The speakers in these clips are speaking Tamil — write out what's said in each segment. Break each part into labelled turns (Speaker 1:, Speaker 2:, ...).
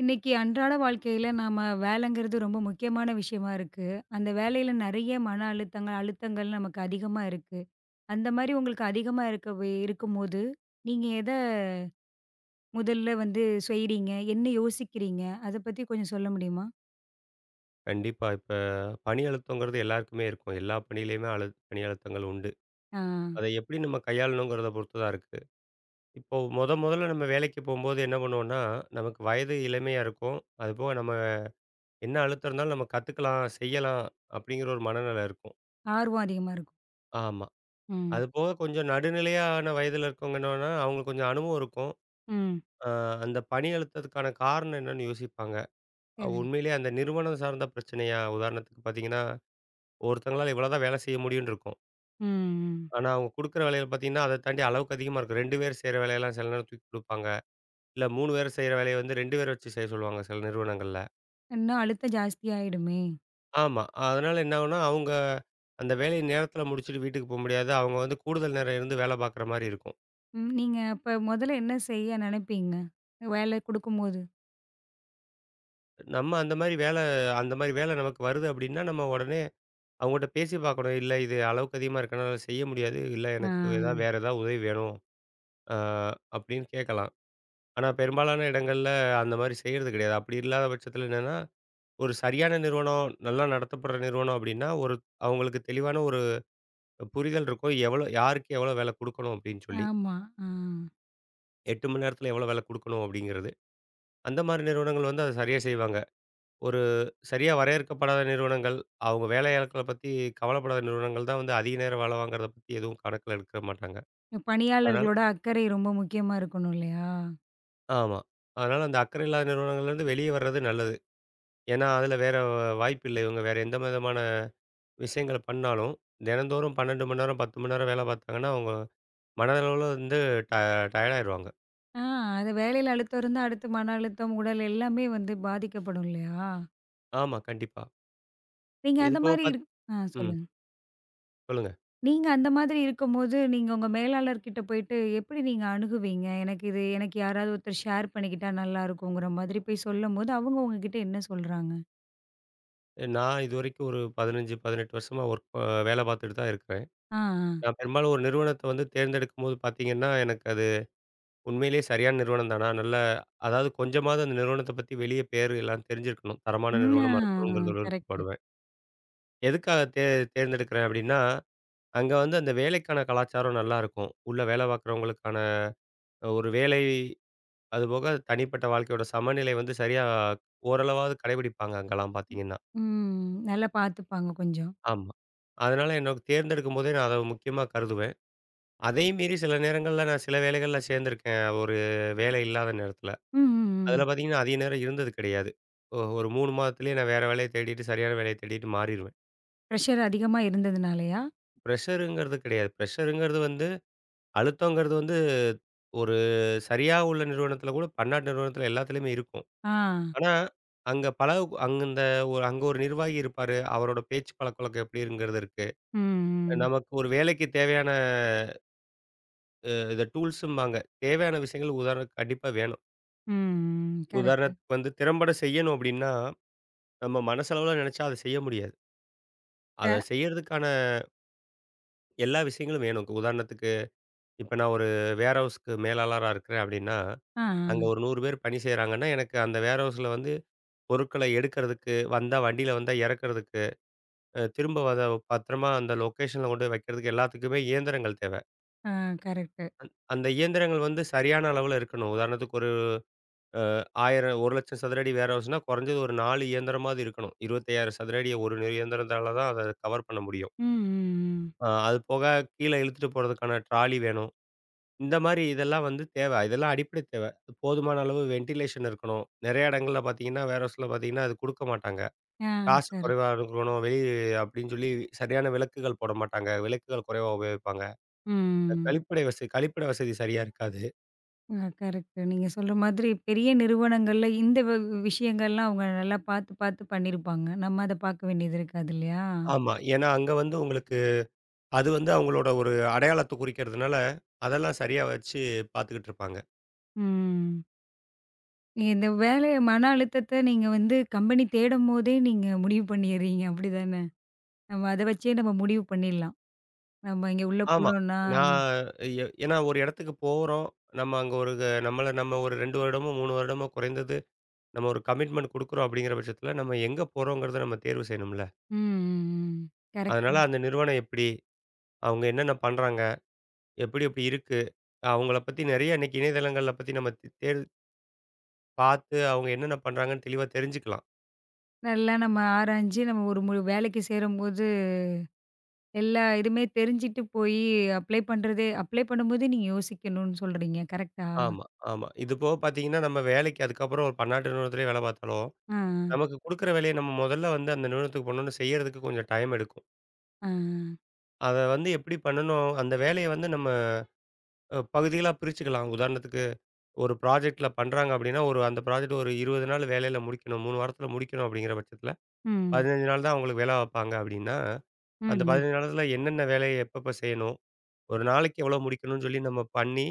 Speaker 1: இன்னைக்கு அன்றாட வாழ்க்கையில நாம வேலைங்கிறது ரொம்ப முக்கியமான விஷயமா இருக்கு. அந்த வேலையில நெறைய மன அழுத்தங்கள் நமக்கு அதிகமா இருக்கு. அந்த மாரி உங்களுக்கு அதிகமா இருக்கவே இருக்கும்போது, நீங்க எத முதல்ல வந்து செய்றீங்க? என்ன யோசிக்கிறீங்க? அத பத்தி கொஞ்சம் சொல்ல முடியுமா?
Speaker 2: கண்டிப்பா. இப்ப பணி அழுத்தங்கிறது எல்லாருக்குமே இருக்கும். எல்லா பணியிலயுமே பணி அழுத்தங்கள் உண்டு.
Speaker 1: ஆ,
Speaker 2: அதை எப்படி நம்ம கையாளணுங்கிறத பொறுத்து தான் இருக்கு. இப்போ மொதல்ல நம்ம வேலைக்கு போம்போது என்ன பண்ணுவோம்னா, நமக்கு வயது இளமையா இருக்கும். அதுபோக நம்ம என்ன அழுத்தம் இருந்தாலும் நம்ம கத்துக்கலாம், செய்யலாம் அப்படிங்கிற ஒரு மனநிலை இருக்கும்.
Speaker 1: ஆர்வம் அதிகமா இருக்கும்.
Speaker 2: ஆமா.
Speaker 1: ம்,
Speaker 2: அதுபோக கொஞ்சம் நடுநிலையான வயதில இருக்கவங்க என்னன்னா, அவங்களுக்கு கொஞ்சம் அனுபவம் இருக்கும்.
Speaker 1: ம்.
Speaker 2: அ அந்த பணி அழுத்தத்துக்கான காரணம் என்னன்னு யோசிப்பாங்க.
Speaker 1: சரி.
Speaker 2: உண்மையிலேயே அந்த நிறுவனம் சார்ந்த பிரச்சனையா? உதாரணத்துக்கு பார்த்தீங்கன்னா, ஒருத்தங்களால இவ்வளோதான் வேலை செய்ய முடியும்னு இருக்கும்.
Speaker 1: ம், ம்.
Speaker 2: ஆனா, அவங்க குடுக்குற வேலைகள் பார்த்தீங்கன்னா, அத தாண்டி அளவுக்கு அதிகமா இருக்கும். 2 பேர் செய்ற வேலையெல்லாம் சில நேரம் தூக்கி குடுப்பாங்க. இல்ல 3 பேர் செய்ற வேலைய வந்து 2 பேர வச்சு செய்ய சொல்லுவாங்க சில நிறுவனங்கள்ல.
Speaker 1: இன்னும் அழுத்தம் ஜாஸ்தியாயிடுமே!
Speaker 2: ஆமா. அதனால என்ன ஆகும்னா, அவங்க அந்த வேலைய நேரத்தில முடிச்சுட்டு வீட்டுக்கு போ முடியாது. அவங்க வந்து கூடுதல் நேரம் இருந்து வேலை பார்க்குற மாரி இருக்கும்.
Speaker 1: ம். நீங்க அப்ப முதல்ல என்ன செய்ய நெனைப்பீங்க? வேலை குடுக்கும்போது.
Speaker 2: நம்ம அந்த மாரி வேல அந்த மாரி வேலை நமக்கு வருது அப்டின்னா, நம்ம உடனே அவங்கட்ட பேசி பார்க்கணும். இல்ல இது அளவுக்கு அதிகமா இருக்கனால செய்ய முடியாது. இல்ல
Speaker 1: ஆ.
Speaker 2: எனக்கு ஏதாவது வேற ஏதாவது உதவி வேணும். ஆ அப்டின்னு கேட்கலாம். ஆனா பெரும்பாலான இடங்கள்ல அந்த மாரி செய்றது கிடையாது. அப்டி இல்லாத பட்சத்தில என்னன்னா ஒரு சரியான நிறுவனம், நல்லா நடத்தப்படுற நிறுவனம் அப்டின்னா, அவங்களுக்கு தெளிவான ஒரு புரிதல் இருக்கும். எவ்வளோ யாருக்கு எவ்வளோ வேல குடுக்கணும் அப்டின்னு சொல்லி.
Speaker 1: ஆமா. ஆ.
Speaker 2: 8 மணி நேரத்தில எவ்வளோ வேல குடுக்கணும் அப்டிங்கிறது. அந்த மாரி நிறுவனங்கள் வந்து அத சரியா செய்வாங்க. ஒரு சரியா வரையறுக்கப்படாத நிறுவனங்கள், அவங்க வேலையாட்கள பத்தி கவலைப்படாத நிறுவனங்கள் தான் வந்து அதிக நேரம் வேல வாங்குறத பத்தி எதுவும் கணக்கில எடுக்க மாட்டாங்க. அதனால
Speaker 1: பணியாளர்களோட அக்கறை ரொம்ப முக்கியமா இருக்கணும் இல்லையா?
Speaker 2: ஆமா. அதனால அந்த அக்கறை இல்லாத நிறுவனங்கள்லேருந்து வெளியே வர்றது நல்லது. ஏன்னா, அதில வேற வாய்ப்பு இல்ல. இவங்க வேற எந்த விதமான விஷயங்கள பண்ணாலும், தினந்தோறும் 12 மணி நேரம், 10 மணி நேரம் வேல பார்த்தாங்கன்னா, அவங்க மனதளவுல வந்து ட டயர்ட் ஆயிருவாங்க.
Speaker 1: ஆ, அது வேலையில அழுத்தம் இருந்தா, அடுத்து மன அழுத்தம், உடல் எல்லாமே வந்து பாதிக்கப்படும் இல்லையா?
Speaker 2: ஆமா, கண்டிப்பா.
Speaker 1: நீங்க
Speaker 2: இது
Speaker 1: அந்த
Speaker 2: போக
Speaker 1: மாரி இருக் ஆ
Speaker 2: ம்.
Speaker 1: சொல்லுங்க.
Speaker 2: சொல்லுங்க.
Speaker 1: நீங்க அந்த மாதிரி இருக்கும்போது, நீங்க உங்க மேலாளர்கிட்ட போயிட்டு எப்படி நீங்க அணுகுவீங்க? எனக்கு யாராவது ஒருத்தர் ஷேர் பண்ணிக்கிட்டா நல்லாருக்குங்கிற மாதிரி போய் சொல்லும்போது, அவங்க உங்ககிட்ட என்ன சொல்றாங்க?
Speaker 2: நான் இதுவரைக்கும் ஒரு 15, 18 வருஷமா ஒர்க் ப வேலை பார்த்துட்டு தான் இருக்கிறேன்.
Speaker 1: ஆ, ஆ.
Speaker 2: நான் பெரும்பாலும் ஒரு நிறுவனத்த வந்து தேர்ந்தெடுக்கும்போது பார்த்தீங்கன்னா, எனக்கு அது உண்மையிலேயே சரியான நிறுவனம் தானா? அதாவது கொஞ்சமாவது அந்த நிறுவனத்த பத்தி வெளிய பேரு எல்லாம் தெரிஞ்சிருக்கணும். தரமான
Speaker 1: ம். ஆ
Speaker 2: நிறுவனமா இருக்கணுங்கிறத
Speaker 1: கரெக்ட்டு.
Speaker 2: விருப்பப்படுவேன். எதுக்காக தேர்ந்தெடுக்கிறேன் அப்டின்னா, அங்க வந்து அந்த வேலைக்கான கலாச்சாரம் நல்லாருக்கும். உள்ள வேலை பார்க்குறவங்களுக்கான ஒரு வேலை அதுபோக தனிப்பட்ட வாழ்க்கையோட சமநிலை வந்து சரியா ஓரளவாவது கடைபிடிப்பாங்க அங்கலாம் பார்த்தீங்கன்னா.
Speaker 1: ம். நல்லா பார்த்துப்பாங்க கொஞ்சம்.
Speaker 2: ஆமா. அதனால எனக்கு தேர்ந்தெடுக்கும்போதே நான் அத முக்கியமா கருதுவேன். அதையும் மீறி சில நேரங்கள்ல நான் சில வேலைகள்ல சேர்ந்திருக்கேன். வேலை இல்லாத நேரத்தில.
Speaker 1: ம், ம், ம்.
Speaker 2: அதில பார்த்தீங்கன்னா அதிக நேரம் இருந்தது கிடையாது. ஒரு 3 மாதத்திலேயே நான் வேற வேலைய தேடிட்டு, சரியான வேலைய தேடிட்டு மாறிருவேன்.
Speaker 1: பிரஷர் அதிகமா இருந்ததுனாலயா?
Speaker 2: ப்ரெஷருங்கிறது கிடையாது. ப்ரெஷருங்கிறது வந்து அழுத்தங்கிறது வந்து ஒரு சரியா உள்ள நிறுவனத்தில கூட பன்னாட்டு நிறுவனத்தில எல்லாத்துலயுமே இருக்கும்.
Speaker 1: ஆ.
Speaker 2: ஆனா, அங்க இந்த ஒரு நிர்வாகி இருப்பாரு. அவரோட பேச்சு பழக்கவழக்கம் எப்படிங்கிறது இருக்கு.
Speaker 1: ம், ம்.
Speaker 2: நமக்கு ஒரு வேலைக்கு தேவையான டூல்ஸும்பாங்க. தேவையான விஷயங்கள் உதாரணத்துக்கு கண்டிப்பா வேணும்.
Speaker 1: ம். கரெக்ட்டு.
Speaker 2: உதாரணத்துக்கு வந்து திறம்பட செய்யணும் அப்படின்னா, நம்ம மனசளவுல நினைச்சா அத செய்ய முடியாது. அத
Speaker 1: க
Speaker 2: செய்யறதுக்கான எல்லா விஷயங்களும் வேணும். உதாரணத்துக்கு இப்ப நான் ஒரு வேர்ஹவுஸ்க்கு மேலாளரா இருக்கிறேன் அப்படின்னா,
Speaker 1: ஆ,
Speaker 2: அங்க ஒரு 100 பேர் பணி செய்றாங்கன்னா, எனக்கு அந்த வேர்ஹவுஸ்ல வந்து பொருட்கள எடுக்கிறதுக்கு, வண்டியில வந்தா இறக்கிறதுக்கு அ திரும்ப அத பத்திரமா அந்த லொக்கேஷன்ல கொண்டு போய் வைக்கிறதுக்கு எல்லாத்துக்குமே இயந்திரங்கள் தேவை.
Speaker 1: ஆ, ஆ கரெக்ட்டு.
Speaker 2: அந்த இயந்திரங்கள் வந்து சரியான அளவுல இருக்கணும். உதாரணத்துக்கு ஒரு அ 1000 1,00,000 சதுர அடி வேற ஹவுஸ்னா குறைஞ்சது ஒரு 4 இயந்திரமாவது இருக்கணும். 25,000 சதுர அடிய ஒரு இயந்திரத்தால தான் அத கவர் பண்ண முடியும்.
Speaker 1: ம், ம், ம்.
Speaker 2: அது போக கீழ இழுத்துட்டு போறதுக்கான ட்ராலி வேணும். இந்த மாரி இதெல்லாம் வந்து தேவை. இதெல்லாம் அடிப்படை தேவை. போதுமான அளவு வென்டிலேஷன் இருக்கணும். நெறைய இடங்கள்ல பார்த்தீங்கன்னா, வேர் ஹவுஸ்ல பார்த்தீங்கன்னா, அது குடுக்க மாட்டாங்க.
Speaker 1: ஆ
Speaker 2: காசு
Speaker 1: கரெக்ட்.
Speaker 2: குறைவா இருக்கணும். அப்படின்னு சொல்லி சரியான விளக்குகள் போட மாட்டாங்க. விளக்குகள் குறைவா உபயோகிப்பாங்க.
Speaker 1: ம்.
Speaker 2: கழிப்பிட வசதி சரியா இருக்காது.
Speaker 1: ஆ கரெக்ட்டு. நீங்க சொல்ற மாதிரி பெரிய நிறுவனங்கள்ல இந்த வ விஷயங்கள்லாம் அவங்க நல்லா பார்த்து, பார்த்து பண்ணியிருப்பாங்க. நம்ம அத பார்க்க வேண்டியது இருக்காது இல்லையா?
Speaker 2: ஆமா. ஏன்னா, அங்க வந்து உங்களுக்கு அது வந்து அவங்களோட ஒரு அடையாளத்த குறிக்கிறதுனால, அதெல்லாம் சரியா வச்சு பார்த்துக்கிட்டு இருப்பாங்க.
Speaker 1: ம். நீங்க இந்த வேலை மன அழுத்தத்த நீங்க வந்து கம்பெனி தேடும்போதே நீங்க முடிவு பண்ணிடுறீங்க அப்படிதானே? நம்ம அத வச்சே நம்ம முடிவு பண்ணிடலாம். நம்ம இங்க உள்ள
Speaker 2: ஆமா.
Speaker 1: போனோம்னா
Speaker 2: நான் எ ஏன்னா ஒரு இடத்துக்கு போறோம். நம்ம அங்க ஒரு க நம்மள நம்ம ஒரு 2 வருடமோ, 3 வருடமோ குறைந்தது நம்ம ஒரு கமிட்மெண்ட் குடுக்குறோம் அப்படிங்கிற பட்சத்தில, நம்ம எங்க போறோங்கிறத நம்ம தேர்வு செய்யணும்ல.
Speaker 1: ம், ம், ம். கரெக்ட்டு.
Speaker 2: அதனால அந்த நிறுவனம் எப்படி? அவங்க என்னென்ன பண்றாங்க? எப்படி எப்படி இருக்கு? அவங்கள பத்தி நெறைய இன்னைக்கு இணையதளங்கள்ல பத்தி நம்ம தேடு பார்த்து அவங்க என்னென்ன பண்றாங்கன்னு தெளிவா தெரிஞ்சுக்கலாம்.
Speaker 1: நல்லா நம்ம ஆராய்ஞ்சு நம்ம ஒரு மு வேலைக்கு சேரும்போது எல்லா இதுமே தெரிஞ்சுட்டு போயி அப்ளை பண்ணும்போதே நீங்க யோசிக்கணும்னு சொல்றீங்க. கரெக்ட்டா?
Speaker 2: ஆமா, ஆமா. இது போக பார்த்தீங்கன்னா, நம்ம வேலைக்கு அதுக்கப்புறம் ஒரு பன்னாட்டு நிறுவனத்திலே வேலை பார்த்தாலும்,
Speaker 1: ஆ, ஆ,
Speaker 2: நமக்கு குடுக்குற வேலைய நம்ம முதல்ல வந்து அந்த நிறுவனத்துக்கு போனோனே செய்யறதுக்கு கொஞ்சம் டைம் எடுக்கும்.
Speaker 1: ஆ.
Speaker 2: அத வந்து எப்படி பண்ணணும்? அந்த வேலைய வந்து நம்ம பகுதிகளா பிரிச்சுக்கலாம். உதாரணத்துக்கு ஒரு ப்ராஜெக்ட்ல பண்றாங்க அப்படின்னா, அந்த ப்ராஜெக்ட் ஒரு 20 நாள் வேலையில முடிக்கணும். 3 வாரத்தில முடிக்கணும் அப்படிங்கிற பட்சத்தில,
Speaker 1: ம்,
Speaker 2: 15 நாள் தான் அவங்களுக்கு வேலை பார்ப்பாங்க அப்படின்னா,
Speaker 1: ம்,
Speaker 2: அந்த
Speaker 1: ம்.
Speaker 2: 15 நாளத்தில என்னென்ன வேலைய எப்பப்ப செய்யணும்? ஒரு நாளைக்கு எவ்வளோ முடிக்கணும்னு சொல்லி நம்ம பண்ணி,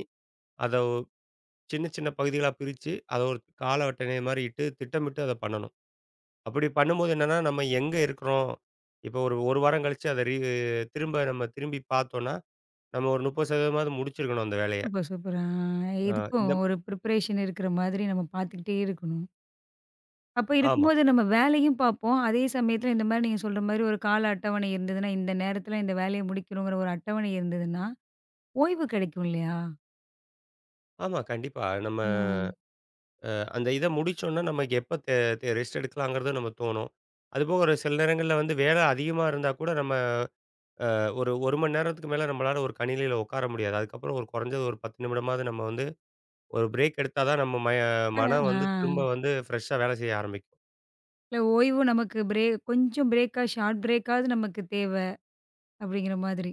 Speaker 2: அத சின்ன, சின்ன பகுதிகளா பிரிச்சு, அத ஒரு கால அட்டவணை மாரி இட்டு, திட்டமிட்டு அத பண்ணணும். அப்படி பண்ணும்போது என்னன்னா, நம்ம எங்க இருக்கிறோம்? இப்போ ஒரு 1 வாரம் கழிச்சு அத திரும்ப நம்ம திரும்பி பார்த்தோம்னா, நம்ம ஒரு 30% முடிச்சிருக்கணும் அந்த வேலைய.
Speaker 1: Super, super. ஆ
Speaker 2: அ
Speaker 1: எதுக்கும்
Speaker 2: இந்த
Speaker 1: ஒரு ப்ரிப்பரேஷன் இருக்கிற மாதிரி நம்ம பார்த்துக்கிட்டே இருக்கணும். அப்ப
Speaker 2: ஆமா,
Speaker 1: இருக்கும்போது நம்ம வேலையும் பார்ப்போம். அதே சமயத்துல இந்த மாரி நீங்க சொல்ற மாரி ஒரு கால அட்டவணை இருந்ததுன்னா, இந்த நேரத்துல இந்த வேலைய முடிக்கணுங்கிற ஒரு அட்டவணை இருந்ததுன்னா, ஓய்வு கிடைக்கும் இல்லையா?
Speaker 2: ஆமா. கண்டிப்பா. நம்ம
Speaker 1: ம்.
Speaker 2: அந்த இத முடிச்சோம்னா, நமக்கு எப்ப தே தே ரெஸ்ட் எடுக்கலாங்கிறது நமக்கு தோணும். அதுபோக ஒரு சில நேரங்கள்ல வந்து வேலை அதிகமா இருந்தா கூட, நம்ம ஒரு 1 மணி நேரத்துக்கு மேல நம்மளால ஒரு கணினியில உட்கார முடியாது. அதுக்கப்புறம் ஒரு குறைஞ்சது ஒரு 10 நிமிடமாவது நம்ம வந்து ஒரு பிரேக் எடுத்தா தான் நம்ம
Speaker 1: அ
Speaker 2: மனம்
Speaker 1: ஆ.
Speaker 2: வந்து திரும்ப வந்து ஃப்ரெஷ்ஷா வேலை செய்ய ஆரம்பிக்கும்.
Speaker 1: இல்ல ஓய்வு நமக்கு பிரேக் கொஞ்சம் பிரேக்கா ஷார்ட் பிரேக்காவது நமக்கு தேவ. அப்படிங்கிற மாதிரி.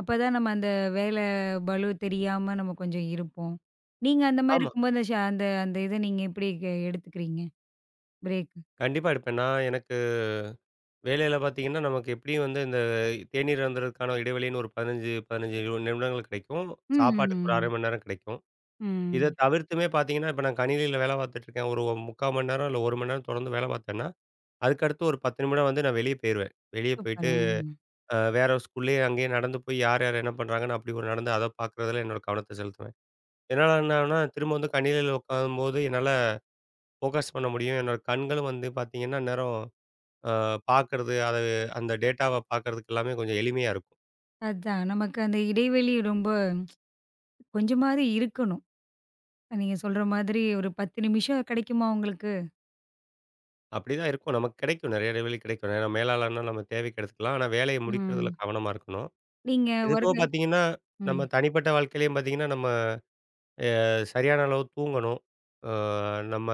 Speaker 1: அப்பதான் நம்ம அந்த வேலை பளு தெரியாம நம்ம கொஞ்சம் இருப்போம். நீங்க அந்த மாரி
Speaker 2: ஆமா.
Speaker 1: இருக்கும்போது அந்த ஷ அந்த அந்த இத நீங்க எப்படி எடுத்துக்கிறீங்க? பிரேக்.
Speaker 2: கண்டிப்பா எடுப்பேன். நான் எனக்கு வேலையில பார்த்தீங்கன்னா, நமக்கு எப்படியும் வந்து இந்த தேநீர் அருந்துறதுக்கான இடைவெளின்னு ஒரு 15, 15 20 நிமிடங்கள் கிடைக்கும். சாப்பாட்டுக்கு ஒரு 1/2
Speaker 1: ம்.
Speaker 2: மணி நேரம் கிடைக்கும். இத
Speaker 1: ம்.
Speaker 2: தவிர்த்துமே பார்த்தீங்கன்னா, இப்ப நான் கணினியில வேலை பார்த்துட்டு இருக்கேன். ஒரு 3/4 மணி நேரம் இல்ல 1 மணி நேரம் தொடர்ந்து வேலை பார்த்தேன்னா, அதுக்கு அடுத்து ஒரு 10 நிமிடம் வந்து நான் வெளிய போயிருவேன். வெளிய
Speaker 1: சூப்பர்.
Speaker 2: போயிட்டு
Speaker 1: ஆ.
Speaker 2: வேற ஸ்கூல்லயே அங்கேயே நடந்து போய் யார், யார் என்ன பண்றாங்கன்னு அப்படி ஒரு நடந்து அத பார்க்குறதுல என்னோட கவனத்த செலுத்துவேன். இதனால என்ன ஆகும்னா, திரும்ப வந்து கணினியில உட்காரும்போது என்னால ஃபோக்கஸ் பண்ண முடியும். என்னோட கண்களும் வந்து பார்த்தீங்கன்னா, அந்நேரம் அ பார்க்கறது, அத அந்த டேட்டாவ பார்க்கறதுக்கு எல்லாமே கொஞ்சம் எளிமையா இருக்கும்.
Speaker 1: அதான் நமக்கு அந்த இடைவெளி ரொம்ப கொஞ்சமாவது இருக்கணும். நீங்க சொல்ற மாதிரி ஒரு 10 நிமிஷம் கிடைக்குமா உங்களுக்கு?
Speaker 2: அப்படிதான் இருக்கும். நமக்கு கிடைக்கும். நிறைய இடைவெளி கிடைக்கும். ஏன்னா மேலாளர்னா நம்ம தேவைக்கு எடுத்துக்கலாம். ஆனா வேலைய முடிக்கிறதுல
Speaker 1: ம்.
Speaker 2: கவனமா இருக்கணும்.
Speaker 1: நீங்க
Speaker 2: இது போக
Speaker 1: ஒர்க்கு
Speaker 2: பார்த்தீங்கன்னா,
Speaker 1: ம்.
Speaker 2: நம்ம தனிப்பட்ட வாழ்க்கையிலயும் பார்த்தீங்கன்னா, நம்ம சரியான அளவு தூங்கணும். அ நம்ம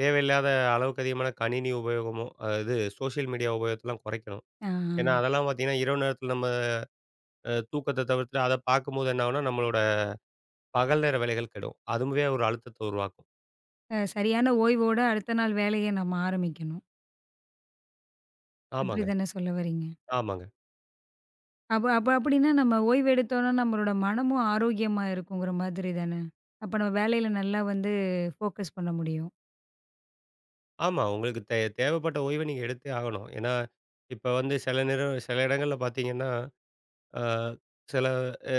Speaker 2: தேவையில்லாத அளவுக்கு அதிகமான கணினி உபயோகமோ, அ இது சோஷியல் மீடியா உபயோகத்தலாம் குறைக்கணும். ஏன்னா
Speaker 1: ஆ.
Speaker 2: அதெல்லாம் பார்த்தீங்கன்னா, இரவு நேரத்தில நம்ம தூக்கத்த தவிர்த்துட்டு அத பார்க்கும்போது என்ன ஆகும்னா, நம்மளோட பகல் நேர வேலைகள் கெடும். அதுவுமே ஒரு அழுத்தத்த உருவாக்கும்.
Speaker 1: அ சரியான ஓய்வோட அடுத்த நாள் வேலைய நம்ம ஆரம்பிக்கணும். இப்படி
Speaker 2: ஆமாங்க,
Speaker 1: தானே சொல்ல வரீங்க?
Speaker 2: ஆமாங்க.
Speaker 1: அப்ப அப்ப அப்படின்னா நம்ம ஓய்வெடுத்தோம்னா, நம்மளோட மனமும் ஆரோக்கியமா இருக்குங்கிற மாதிரி தானே? அப்ப நம்ம வேலையில நல்லா வந்து ஃபோக்கஸ் பண்ண முடியும்.
Speaker 2: ஆமா, உங்களுக்கு தேவைப்பட்ட ஓய்வ நீங்க எடுத்தே ஆகணும். ஏன்னா, இப்ப வந்து சில நேரம் சில இடங்கள்ல பார்த்தீங்கன்னா, அ சில அ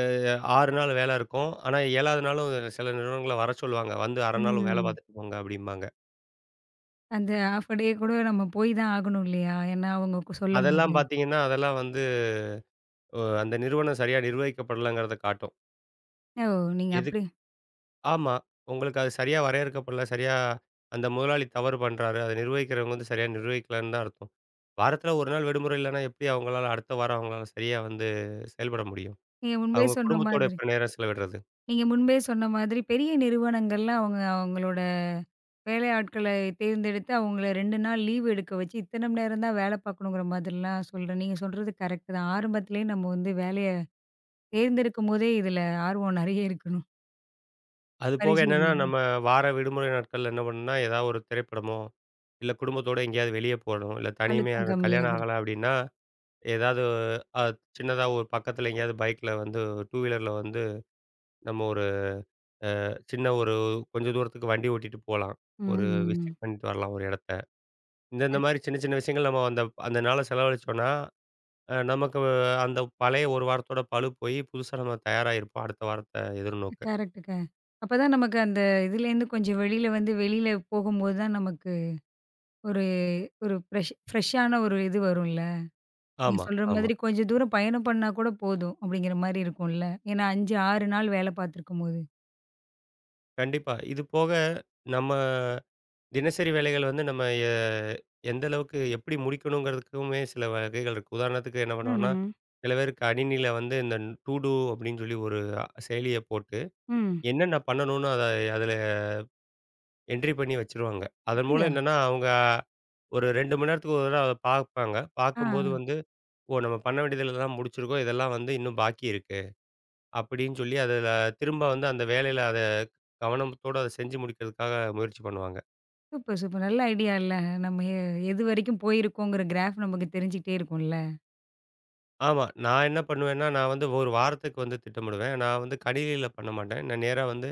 Speaker 2: 6 நாள் வேலை இருக்கும். ஆனா 7வது நாளும் சில நிறுவனங்கள வர சொல்லுவாங்க. வந்து 1/2 நாள் வேலை
Speaker 1: ம்.
Speaker 2: பார்த்துட்டு போங்க அப்படிம்பாங்க.
Speaker 1: அந்த ஹாஃப் அ டே கூட நம்ம போய் தான் ஆகணும் இல்லையா? ஏன்னா அவங்க சொல்லும்போது.
Speaker 2: அதெல்லாம் பார்த்தீங்கன்னா, அதெல்லாம் வந்து அந்த நிறுவனம் சரியா நிர்வகிக்கப்படலங்கிறத காட்டும்.
Speaker 1: ஓ! நீங்க அப்படி
Speaker 2: எதுக்கு ஆமா. உங்களுக்கு அது சரியா வரையறுக்கப்படல. சரியா அந்த முதலாளி தவறு பண்றாரு. அத நிர்வகிக்கிறவங்க வந்து சரியா நிர்வகிக்கலன்னு தான் அர்த்தம். வாரத்துல 1 நாள் விடுமுறை இல்லன்னா, எப்படி அவங்களால அடுத்த வாரம் அவங்களால சரியா வந்து செயல்பட முடியும்?
Speaker 1: நீங்க முன்பே
Speaker 2: அவங்க
Speaker 1: சொன்ன
Speaker 2: குடும்பத்தோட
Speaker 1: மாதிரி
Speaker 2: எப்ப நேரம் செலவிடுறது?
Speaker 1: நீங்க முன்பே சொன்ன மாதிரி பெரிய நிறுவனங்கள்லாம் அவங்க அவங்களோட வேலை ஆட்கள தேர்ந்தெடுத்து அவங்கள 2 நாள் லீவ் எடுக்க வச்சு, இத்தன மணி நேரம் தான் வேலை பார்க்கணுங்கிற மாதிரிலாம் சொல்றேன். நீங்க சொல்றது கரெக்ட் தான். ஆரம்பத்திலேயே நம்ம வந்து வேலைய தேர்ந்தெடுக்கும்போதே இதில ஆர்வம் நெறைய இருக்கணும்.
Speaker 2: அது போக
Speaker 1: பரிசும்
Speaker 2: என்னன்னா, நம்ம வார விடுமுறை நாட்கள்ல என்ன பண்ணணும்னா, ஏதாவது ஒரு திரைப்படமோ, இல்ல குடும்பத்தோட எங்கேயாவது வெளிய போணும். இல்ல தனிமையா
Speaker 1: அழுத்தம்
Speaker 2: இருக்கு, கல்யாணம்
Speaker 1: கம்மியாகுது.
Speaker 2: ஆகல அப்படின்னா, ஏதாவது அ சின்னதா ஒரு பக்கத்துல எங்கேயாவது பைக்ல வந்து டூ வீலர்ல வந்து நம்ம ஒரு சின்ன ஒரு கொஞ்சம் தூரத்துக்கு வண்டி ஓட்டிட்டு போலாம்.
Speaker 1: ம்,
Speaker 2: ஒரு
Speaker 1: ம்.
Speaker 2: விசிட் பண்ணிட்டு வரலாம் ஒரு இடத்த. இந்த இந்த மாரி சின்ன சின்ன விஷயங்கள் நம்ம அந்த அந்த நாள செலவழிச்சோம்னா, நமக்கு அந்த பழைய 1 வாரத்தோட பளு போய் புதுசா நம்ம தயாரா இருப்போம் அடுத்த வாரத்த எதிர்நோக்க.
Speaker 1: கரெக்ட்டுங்க. அப்பதான் நமக்கு அந்த இதுலேருந்து கொஞ்சம் வெளியில வந்து வெளியில போகும்போது தான் நமக்கு ஒரு ஒரு ஃப்ரெஷ்ஷான ஒரு இது வரும்ல. நீங்க
Speaker 2: ஆமா,
Speaker 1: சொல்ற
Speaker 2: ஆமா.
Speaker 1: மாதிரி கொஞ்சம் தூரம் பயணம் பண்ணா கூட போதும் அப்படிங்கிற மாரி இருக்கும்ல. ஏன்னா 5, 6 நாள் வேலை பார்த்துருக்கும்போது.
Speaker 2: கண்டிப்பா. இது போக நம்ம தினசரி வேலைகள் வந்து நம்ம எ எந்த அளவுக்கு எப்படி முடிக்கணுங்கிறதுக்குமே சில வகைகள் இருக்கு. உதாரணத்துக்கு என்ன பண்ணுவோம்னா,
Speaker 1: ம்ஹ்ம்.
Speaker 2: சில பேருக்கு கணினியில வந்து இந்த டூ டூ அப்படின்னு சொல்லி ஒரு செயலிய போட்டு
Speaker 1: ம்.
Speaker 2: என்னென்ன பண்ணணும்னு அத அதுல என்ட்ரி பண்ணி வச்சுருவாங்க. அதன்
Speaker 1: அப்படியா?
Speaker 2: மூலம் என்னன்னா, அவங்க ஒரு 2 மணி நேரத்துக்கு ஒரு தடவ அத பார்ப்பாங்க. பார்க்கும்போது
Speaker 1: ஆ.
Speaker 2: வந்து, "ஓ! நம்ம பண்ண வேண்டியதுல தான் முடிச்சிருக்கோம். இதெல்லாம் வந்து இன்னும் பாக்கி இருக்கு." அப்படின்னு சொல்லி அதுல திரும்ப வந்து அந்த வேலையில அத கவனத்தோட அத செஞ்சு முடிக்கிறதுக்காக முயற்சி பண்ணுவாங்க.
Speaker 1: Super, super. நல்ல ஐடியா இல்ல. நம்ம எ எது வரைக்கும் போயிருக்கோங்கிற கிராஃப் நமக்கு தெரிஞ்சுக்கிட்டே இருக்கும்ல.
Speaker 2: ஆமா. நான் என்ன பண்ணுவேன்னா, நான் வந்து ஒரு வாரத்துக்கு வந்து திட்டமிடுவேன். நான் வந்து கணினியில பண்ண மாட்டேன். நான் நேரா வந்து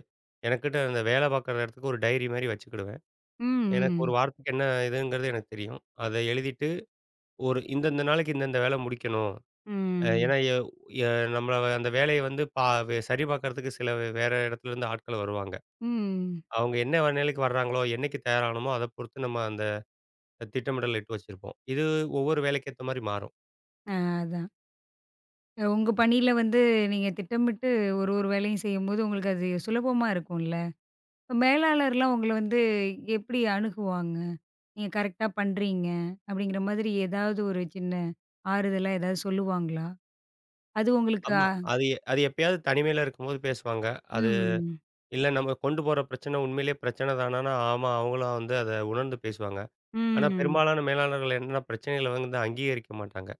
Speaker 2: எனக்கிட்ட அந்த வேலை பார்க்குற இடத்துக்கு ஒரு டைரி மாரி வச்சுக்கிடுவேன்.
Speaker 1: ம்,
Speaker 2: எனக்கு ஒரு
Speaker 1: ம்.
Speaker 2: வாரத்துக்கு என்ன இதுங்கிறது எனக்கு தெரியும். அத எழுதிட்டு, ஒரு இந்தந்த நாளைக்கு இந்தந்த வேலை முடிக்கணும். அ
Speaker 1: ம்.
Speaker 2: ஏன்னா, எ எ நம்மள அந்த வேலைய வந்து பா வே சரி பார்க்கறதுக்கு சில வேற இடத்துலருந்து ஆட்கள் வருவாங்க.
Speaker 1: ம்.
Speaker 2: அவங்க என்ன நிலைக்கு வர்றாங்களோ, என்னைக்கு தயாரானமோ, அத பொறுத்து நம்ம அந்த திட்டமிடல் இட்டு வச்சிருப்போம். இது ஒவ்வொரு வேலைக்கு ஏத்த மாரி மாறும்.
Speaker 1: ஆ அதான். உங்க பணியில வந்து நீங்க திட்டமிட்டு ஒரு ஒரு வேலையும் செய்யும்போது, உங்களுக்கு அது சுலபமா இருக்கும்ல. இப்ப மேலாளர்லாம் உங்கள வந்து எப்படி அணுகுவாங்க? நீங்க கரெக்ட்டா பண்றீங்க, அப்படிங்கிற மாதிரி ஏதாவது ஒரு சின்ன ஆறுதலா ஏதாவது சொல்லுவாங்களா? அது உங்களுக்கு
Speaker 2: ஆமா.
Speaker 1: அ
Speaker 2: அது எப்பயாவது தனிமையில இருக்கும்போது பேசுவாங்க. அது
Speaker 1: ம்.
Speaker 2: இல்ல நம்ம கொண்டு போற பிரச்சனை உண்மையிலேயே பிரச்சனை தானான்னா, ஆமா அவங்களும் வந்து அத உணர்ந்து பேசுவாங்க. ஆனா,
Speaker 1: ம்.
Speaker 2: பெரும்பாலான மேலாளர்கள் என்னன்னா பிரச்சனைகள வந்து அங்கீகரிக்க மாட்டாங்க.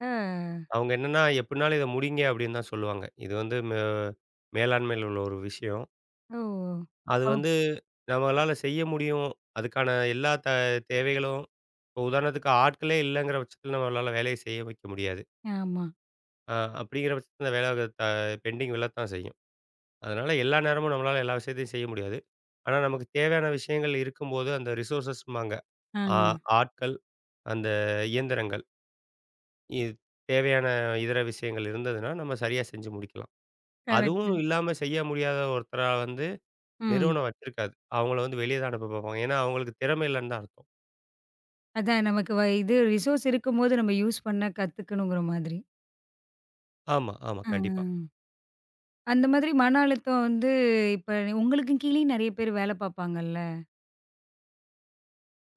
Speaker 1: அ.
Speaker 2: அவங்க என்னன்னா, "எப்படினாலும் இத முடிங்க" அப்படின்னு தான் சொல்லுவாங்க. இது வந்து மேலாண்மையில உள்ள ஒரு விஷயம்.
Speaker 1: ஓ!
Speaker 2: அது
Speaker 1: ஓ!
Speaker 2: வந்து நம்மளால செய்ய முடியும். அதுக்கான எல்லா தேவைகளும் இப்போ உதாரணத்துக்கு ஆட்களே இல்லங்கிற பட்சத்தில நம்மளால வேலைய செய்ய வைக்க முடியாது.
Speaker 1: ஆமா.
Speaker 2: அப்படிங்கிற பட்சத்தில அந்த வேலை பெண்டிங் விழத்தான் செய்யும். அதனால எல்லா நேரமும் நம்மளால எல்லா விஷயத்தையும் செய்ய முடியாது. ஆனா நமக்கு தேவையான விஷயங்கள் இருக்கும்போது அந்த ரிசோர்ஸஸ்ம்பாங்க.
Speaker 1: ஆ.
Speaker 2: ஆ ஆட்கள், அந்த இயந்திரங்கள், இ தேவையான இதர விஷயங்கள் இருந்ததுன்னா, நம்ம சரியா செஞ்சு முடிக்கலாம். அதுவும்
Speaker 1: கரெக்ட்டு.
Speaker 2: இல்லாம செய்ய முடியாத ஒருத்தரா வந்து
Speaker 1: ம்.
Speaker 2: நிறுவனம் வச்சிருக்காது. அவங்கள வந்து வெளிய தான் அனுப்ப பார்ப்பாங்க. ஏன்னா அவங்களுக்கு திறமை இல்லன்னு தான் அர்த்தம்.
Speaker 1: அதான் நமக்கு இது ரிசோர்ஸ் இருக்கும்போது நம்ம யூஸ் பண்ண கத்துக்கணுங்கிற மாதிரி.
Speaker 2: ஆமா, ஆமா.
Speaker 1: ஆ.
Speaker 2: கண்டிப்பா.
Speaker 1: அந்த மாதிரி மன அழுத்தம் வந்து இப்ப உங்களுக்கும் கீழயும் நெறைய பேர் வேல பார்ப்பாங்கல்ல.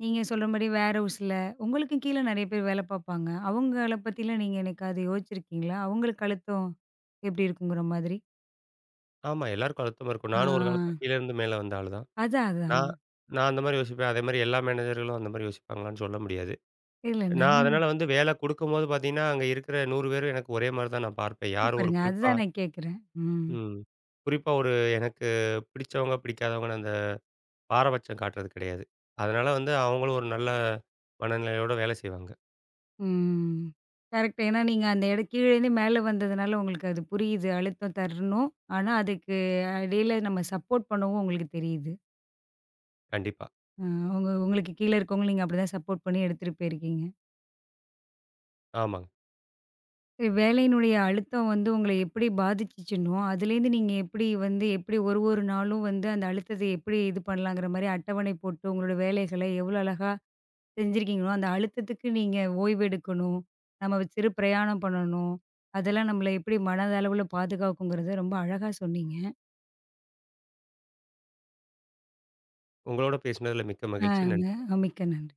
Speaker 1: நீங்க சொல்றபடி வேர்ஹவுஸ்ல உங்களுக்கும் கீழ நெறைய பேர் வேல பார்ப்பாங்க. அவங்கள பத்திலாம் நீங்க என்னைக்காவது யோசிச்சிருக்கீங்களா? அவங்களுக்கு அழுத்தம் எப்படி இருக்குங்கிற மாதிரி?
Speaker 2: ஆமா, எல்லாருக்கும் அழுத்தமா இருக்கும். நானும் ஒரு காலத்துல
Speaker 1: ஆ
Speaker 2: கீழ இருந்து மேல வந்த ஆளு தான்.
Speaker 1: அதான், அதான்.
Speaker 2: நான் நான் அந்த மாரி யோசிப்பேன். அதேமாரி எல்லா மேனேஜர்களும் அந்த மாரி யோசிப்பாங்களான்னு சொல்ல முடியாது.
Speaker 1: இல்ல
Speaker 2: நான்
Speaker 1: நம்ம
Speaker 2: அதனால வந்து வேலை குடுக்கும்போது பார்த்தீங்கன்னா, அங்க இருக்கிற 100 பேரும் எனக்கு ஒரே மாரி தான் நான் பார்ப்பேன். யாரும் ஒரு
Speaker 1: பாருங்க.
Speaker 2: குறிப்பா
Speaker 1: அதுதான் நான் கேட்கிறேன். ம்.
Speaker 2: ம். குறிப்பா ஒரு எனக்கு பிடிச்சவங்க, பிடிக்காதவங்கன்னு அந்த பாரபட்சம் காட்டுறது கிடையாது. அதனால வந்து அவங்களும் ஒரு நல்ல மனநிலையோட வேலை செய்வாங்க.
Speaker 1: ம். கரெக்ட். ஏன்னா நீங்க அந்த இடம் கீழேருந்து மேல வந்ததுனால உங்களுக்கு அது புரியுது. அழுத்தம் தரணும். ஆனா அதுக்கு இடையில நம்ம சப்போர்ட் பண்ணவும் உங்களுக்கு தெரியுது.
Speaker 2: கண்டிப்பா.
Speaker 1: அ உங்க உங்களுக்கு கீழ இருக்கவங்கள நீங்க அப்படிதான் சப்போர்ட் பண்ணி எடுத்துட்டு போயிருக்கீங்க.
Speaker 2: ஆமாங்க.
Speaker 1: சரி, வேலையினுடைய அழுத்தம் வந்து உங்கள எப்படி பாதிச்சுச்சுன்னோ, அதுலேருந்து நீங்க எப்படி வந்து எப்படி ஒரு ஒரு நாளும் வந்து அந்த அழுத்தத்த எப்படி இது பண்ணலாங்கிற மாரி அட்டவணை போட்டு உங்களோட வேலைகள எவ்வளோ அழகா செஞ்சிருக்கீங்களோ, அந்த அழுத்தத்துக்கு நீங்க ஓய்வு எடுக்கணும், நம்ம சிறு பிரயாணம் பண்ணணும், அதெல்லாம் நம்மள எப்படி மனதளவுல பாதுகாக்குங்கிறத ரொம்ப அழகா சொன்னீங்க.
Speaker 2: உங்களோட பேசினதுல மிக்க
Speaker 1: ஆ
Speaker 2: மகிழ்ச்சி. நன்றி.
Speaker 1: மிக்க நன்றி.